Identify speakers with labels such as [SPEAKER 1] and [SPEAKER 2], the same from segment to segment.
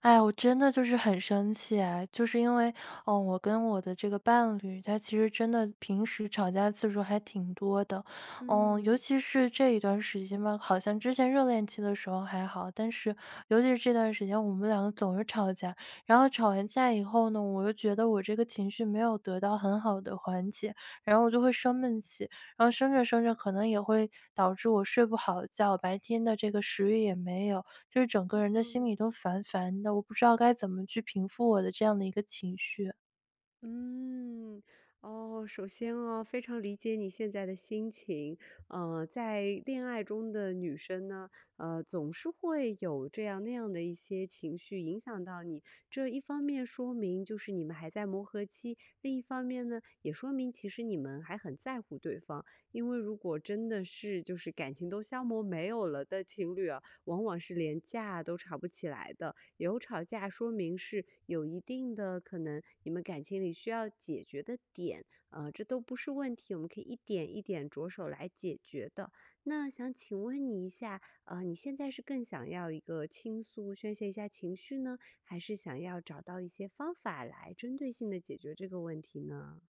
[SPEAKER 1] 哎呀我真的就是很生气啊！就是因为，我跟我的这个伴侣，他其实真的平时吵架次数还挺多的，尤
[SPEAKER 2] 嗯，
[SPEAKER 1] 其是这一段时间吧，好像之前热恋期的时候还好，但是尤其是这段时间，我们两个总是吵架，然后吵完架以后呢，我又觉得我这个情绪没有得到很好的缓解，然后我就会生闷气，然后生着生着，可能也会导致我睡不好觉，白天的这个食欲也没有，就是整个人的心
[SPEAKER 2] 嗯，
[SPEAKER 1] 里都烦烦的，我不知道该怎么去平复我的这样的一个情绪。
[SPEAKER 2] 嗯，哦，首先哦，非常理解你现在的心情。在恋爱中的女生呢，总是会有这样那样的一些情绪影响到你。这一方面说明就是你们还在磨合期，另一方面呢，也说明其实你们还很在乎对方。因为如果真的是就是感情都消磨没有了的情侣啊，往往是连架都吵不起来的。有吵架，说明是有一定的可能你们感情里需要解决的点，这都不是问题，我们可以一点一点着手来解决的。那想请问你一下，你现在是更想要一个倾诉、宣泄一下情绪呢，还是想要找到一些方法来针对性的解决这个问题呢？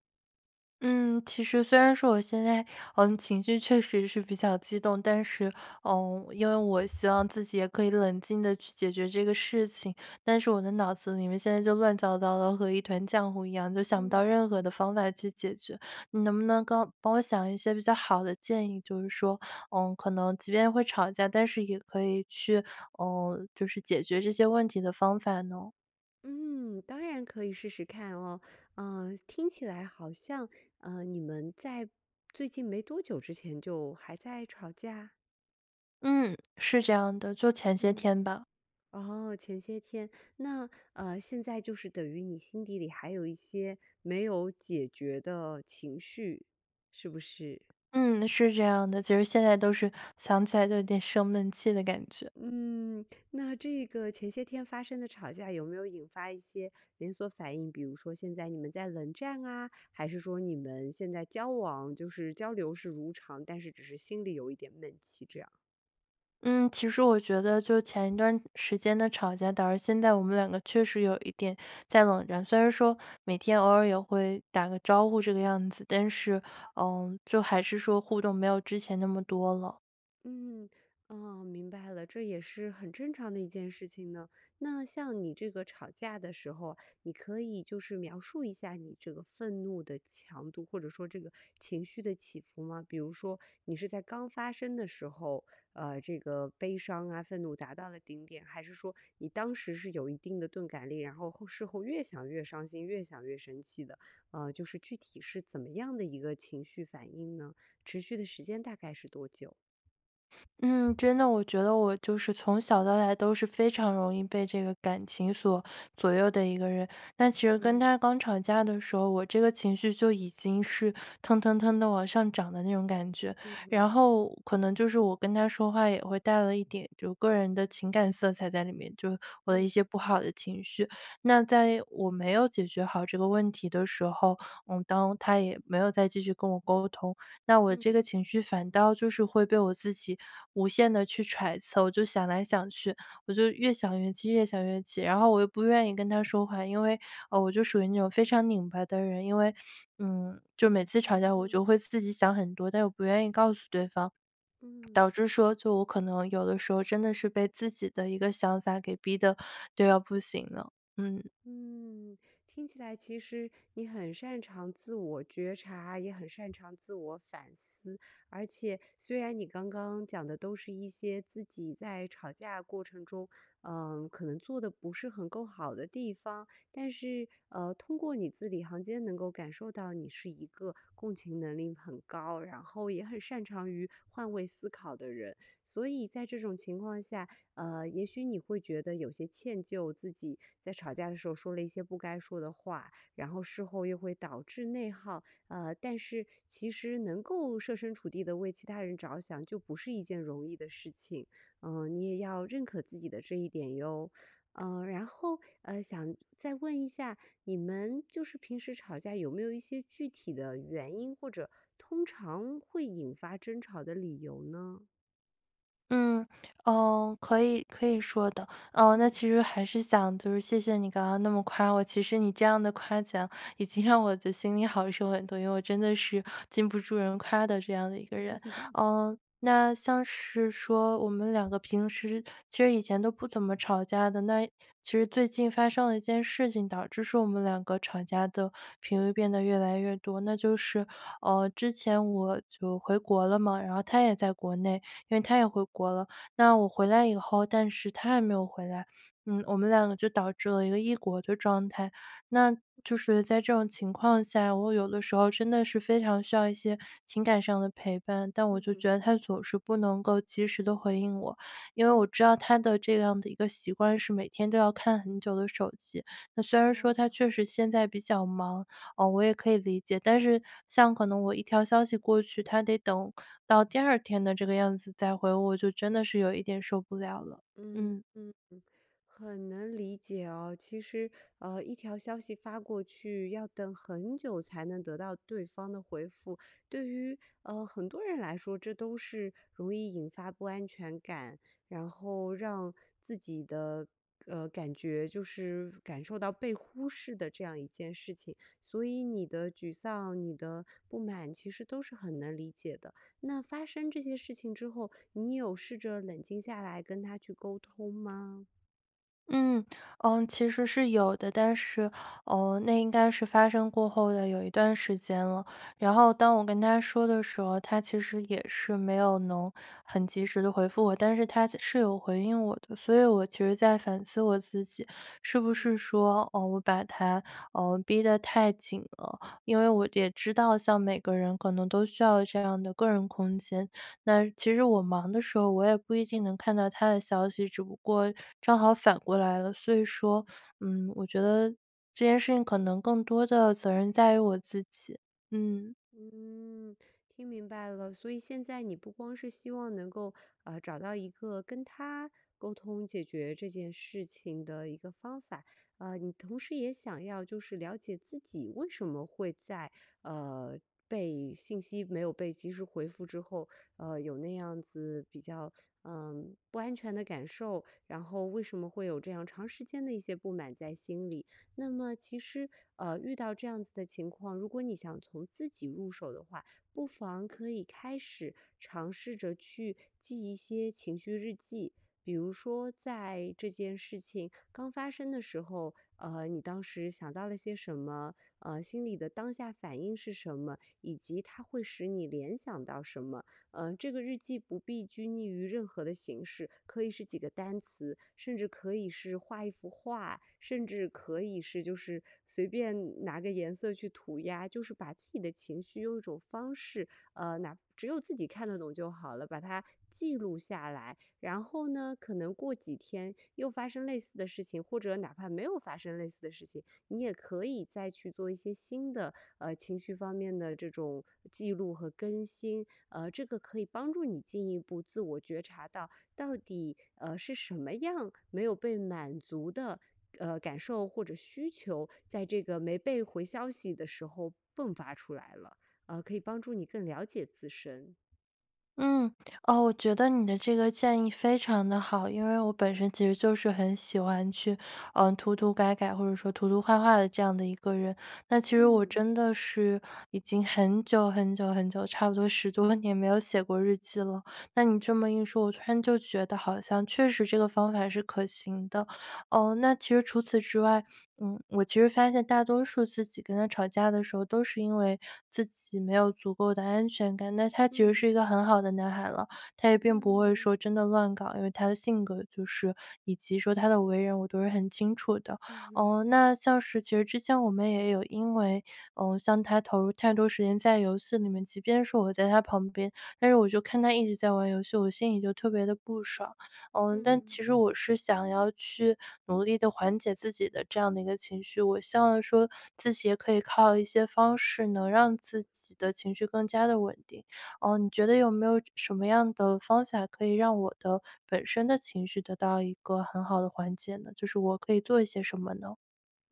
[SPEAKER 1] 嗯，其实虽然说我现在，情绪确实是比较激动，但是，因为我希望自己也可以冷静的去解决这个事情，但是我的脑子里面现在就乱糟糟的，和一团浆糊一样，就想不到
[SPEAKER 2] 嗯，
[SPEAKER 1] 任何的方法去解决。你能不能刚帮我想一些比较好的建议？就是说，可能即便会吵架，但是也可以去，就是解决这些问题的方法呢？
[SPEAKER 2] 嗯，当然可以试试看哦。嗯、听起来好像你们在最近没多久之前就还在吵架。
[SPEAKER 1] 嗯，是这样的，就前些
[SPEAKER 2] 嗯，
[SPEAKER 1] 天吧。
[SPEAKER 2] 哦，前些天，那现在就是等于你心底里还有一些没有解决的情绪，是不是？
[SPEAKER 1] 嗯，是这样的，其实现在都是想起来就有点生闷气的感觉。
[SPEAKER 2] 嗯，那这个前些天发生的吵架有没有引发一些连锁反应？比如说现在你们在冷战啊，还是说你们现在交往就是交流是如常，但是只是心里有一点闷气这样？
[SPEAKER 1] 嗯，其实我觉得就前一段时间的吵架，导致现在我们两个确实有一点在冷战。虽然说每天偶尔也会打个招呼这个样子，但是，就还是说互动没有之前那么多了。
[SPEAKER 2] 嗯，哦，明白了，这也是很正常的一件事情呢。那像你这个吵架的时候啊，你可以就是描述一下你这个愤怒的强度，或者说这个情绪的起伏吗？比如说，你是在刚发生的时候，这个悲伤啊、愤怒达到了顶点，还是说你当时是有一定的钝感力，然后后事后越想越伤心，越想越生气的？就是具体是怎么样的一个情绪反应呢？持续的时间大概是多久？
[SPEAKER 1] 嗯，真的，我觉得我就是从小到大都是非常容易被这个感情所左右的一个人。那其实跟
[SPEAKER 2] 嗯，
[SPEAKER 1] 他刚吵架的时候，我这个情绪就已经是腾腾腾的往上涨的那种感觉，
[SPEAKER 2] 嗯嗯
[SPEAKER 1] 然后可能就是我跟他说话也会带了一点就个人的情感色彩在里面，就我的一
[SPEAKER 2] 嗯，
[SPEAKER 1] 些不好的情绪。那在我没有解决好这个问题的时候，当他也没有再继续跟我沟通，那我这
[SPEAKER 2] 嗯，
[SPEAKER 1] 个情绪反倒就是会被我自己无限的去揣测，我就想来想去，我就越
[SPEAKER 2] 嗯，
[SPEAKER 1] 想越气，越想越气，然后我又不愿意跟他说话，因为，我就属于那种非常拧巴的人，因为，就每次吵架
[SPEAKER 2] 啊，
[SPEAKER 1] 我就会自己想很多，但又不愿意告诉对方。
[SPEAKER 2] 嗯。
[SPEAKER 1] 导致说，就我可能有的时候真的是被自己的一个想法给逼的都要不行了，嗯。
[SPEAKER 2] 嗯，听起来其实你很擅长自我觉察，也很擅长自我反思。而且，虽然你刚刚讲的都是一些自己在吵架过程中，嗯，可能做的不是很够好的地方，但是，通过你字里行间能够感受到你是一个共情能力很高，然后也很擅长于换位思考的人。所以在这种情况下，也许你会觉得有些歉疚，自己在吵架的时候说了一些不该说的话，然后事后又会导致内耗。但是其实能够设身处地的为其他人着想，就不是一件容易的事情。嗯、你也要认可自己的这一点哟。嗯、然后想再问一下，你们就是平时吵架有没有一些具体的原因，或者通常会引发争吵的理由呢？
[SPEAKER 1] 嗯，哦，可以可以说的。哦，那
[SPEAKER 2] 嗯
[SPEAKER 1] 其实还是想就是谢谢你刚刚那么夸我，其实你这样的夸奖已经让我的心里好受很多，因为我真的是禁不住人夸的这样的一个人。嗯，那像是说我们两个平时其实以前都不怎么吵架的，那其实最近发生了一件事情，导致说我们两个吵架的频率变得越来越多。那就是，之前我就回国了嘛，然后他也在国内，因为他
[SPEAKER 2] 嗯
[SPEAKER 1] 也回国了。那我回来以后，但是他还没有回来，我们两个就导致了一个异国的状态。那就是在这种情况下，我有的时候真的是非常需要一些情感上的陪伴，但我
[SPEAKER 2] 嗯
[SPEAKER 1] 就觉
[SPEAKER 2] 嗯。
[SPEAKER 1] 得他总是不能够及时的回应我。因为我
[SPEAKER 2] 嗯，
[SPEAKER 1] 知道他的这样的一个习惯是每天都要看很久的手机，那虽然说他
[SPEAKER 2] 啊，
[SPEAKER 1] 确实现在比较忙，哦，我也可以理解，但是像可能我一条消息过去，他得等到第二天的这个样子再回我我就真的是有一点受不了了。
[SPEAKER 2] 嗯，
[SPEAKER 1] 嗯。
[SPEAKER 2] 嗯。很能理解哦，其实，一条消息发过去，要等很久才能得到对方的回复。对于很多人来说，这都是容易引发不安全感，然后让自己的感觉就是感受到被忽视的这样一件事情。所以你的沮丧、你的不满，其实都是很能理解的。那发生这些事情之后，你有试着冷静下来跟他去沟通吗？
[SPEAKER 1] 嗯，嗯，其实是有的，但是，哦，那应该是发生过后的有一段时间了。然后当我跟他说的时候，他其实也是没有能很及时的回复我，但是他是有回应我的。所以我其实在反思我自己，是不
[SPEAKER 2] 嗯
[SPEAKER 1] 是说，我把他，逼得太紧了。因为我也知道像每个人可能都需要这样的个人空间，那其实我忙的时候，我也不一定能看到他的消息，只不过正好反过来了。所以说，我觉得这件事情可能更多的责任在于我自己。嗯。
[SPEAKER 2] 嗯，听明白了。所以现在你不光是希望能够找到一个跟他沟通解决这件事情的一个方法，你同时也想要就是了解自己为什么会在呃被信息没有被及时回复之后，有那样子比较不安全的感受，然后为什么会有这样长时间的一些不满在心里。那么其实，遇到这样子的情况，如果你想从自己入手的话，不妨可以开始尝试着去记一些情绪日记。比如说，在这件事情刚发生的时候，你当时想到了些什么？心里的当下反应是什么？以及它会使你联想到什么？嗯，这个日记不必拘泥于任何的形式，可以是几个单词，甚至可以是画一幅画，甚至可以是就是随便拿个颜色去涂鸦，就是把自己的情绪用一种方式，哪只有自己看得懂就好了，把它记录下来。然后呢，可能过几天又发生类似的事情，或者哪怕没有发生类似的事情，你也可以再去做一些新的，情绪方面的这种记录和更新，这个可以帮助你进一步自我觉察到，到底是什么样没有被满足的感受或者需求，在这个没被回消息的时候迸发出来了，可以帮助你更了解自身。
[SPEAKER 1] 嗯，哦，我觉得你的这个建议非常的好，因为我本身其实就是很喜欢去，涂涂改改或者说涂涂画画的这样的一个人。那其实我
[SPEAKER 2] 嗯
[SPEAKER 1] 真的是已经很久很久很久，差不多10多年没有写过日记了。那你这么一说，我突然就觉得好像确实这个方法是可行的。哦，那其实除此之外，我其实发现大多数自己跟他吵架的时候，都是因为自己没有足够的安全感。那他其实
[SPEAKER 2] 嗯
[SPEAKER 1] 是一个很好的男孩了，他也并不会
[SPEAKER 2] 嗯
[SPEAKER 1] 说真的乱搞，因为他的性格就是以及说他的为人，我都是很清楚的。
[SPEAKER 2] 嗯嗯。嗯
[SPEAKER 1] 哦，那像是其实之前我们也有因为，像他投入太多时间在游戏里面，即便是我在他旁边，但是我就看他一直在玩游戏，我心里就特别的不爽。但
[SPEAKER 2] 嗯
[SPEAKER 1] 其实我是想要去努力的缓解自己的这样的一个情绪，我希望说自己也可以靠一些方式能让自己的情绪更加的稳定。哦，你觉得有没有什么样的方法可以让我的本身的情绪得到一个很好的缓解呢？就是我可以做一些什么呢？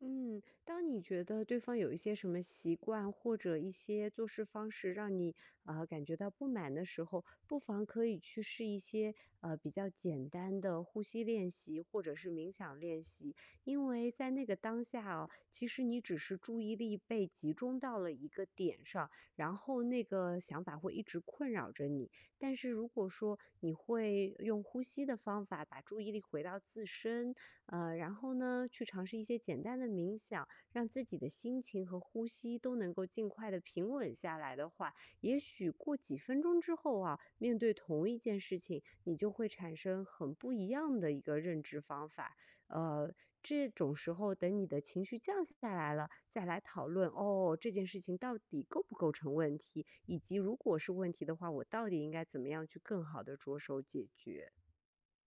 [SPEAKER 2] 嗯，当你觉得对方有一些什么习惯或者一些做事方式让你感觉到不满的时候，不妨可以去试一些比较简单的呼吸练习或者是冥想练习，因为在那个当下哦，其实你只是注意力被集中到了一个点上，然后那个想法会一直困扰着你。但是如果说你会用呼吸的方法把注意力回到自身，然后呢，去尝试一些简单的冥想，让自己的心情和呼吸都能够尽快的平稳下来的话，也许过几分钟之后啊，面对同一件事情，你就会产生很不一样的一个认知方法。呃，这种时候，等你的情绪降下来了，再来讨论哦，这件事情到底构不构成问题，以及如果是问题的话，我到底应该怎么样去更好的着手解决。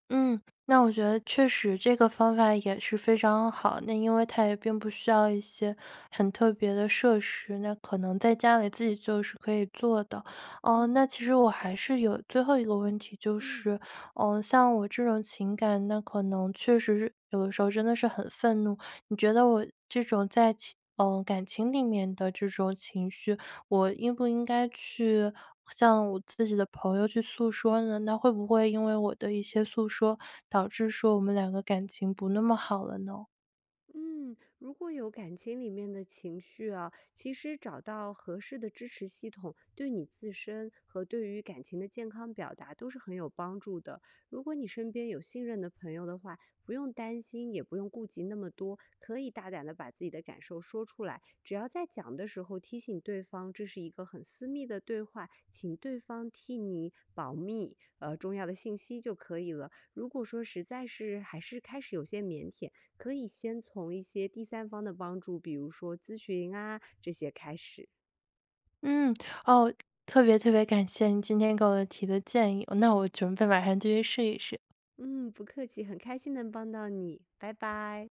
[SPEAKER 1] 嗯，那我觉得确实这个方法也是非常好。那因为它也并不需要一些很特别的设施，那可能在家里自己就是可以做的。哦，
[SPEAKER 2] 嗯
[SPEAKER 1] 那其实我还是有最后一个问题，就
[SPEAKER 2] 嗯。
[SPEAKER 1] 是，像我这种情感，那可能确实是有的时候真的是很愤怒。你觉得我这种在情，嗯、感情里面的这种情绪，我应不应该去向我自己的朋友去诉说呢？那会不会因为我的一些诉说，导致说我们两个感情不那么好了呢？
[SPEAKER 2] 嗯，如果有感情里面的情绪啊，其实找到合适的支持系统，对你自身和对于感情的健康表达都是很有帮助的。如果你身边有信任的朋友的话，不用担心，也不用顾及那么多，可以大胆的把自己的感受说出来。只要在讲的时候提醒对方，这是一个很私密的对话，请对方替你保密，重要的信息就可以了。如果说实在是还是开始有些腼腆，可以先从一些第三方的帮助，比如说咨询啊这些开始。
[SPEAKER 1] 嗯，哦，特别特别感谢你今天给我的提的建议，那我准备马上就去试一试。
[SPEAKER 2] 嗯，不客气，很开心能帮到你，拜拜。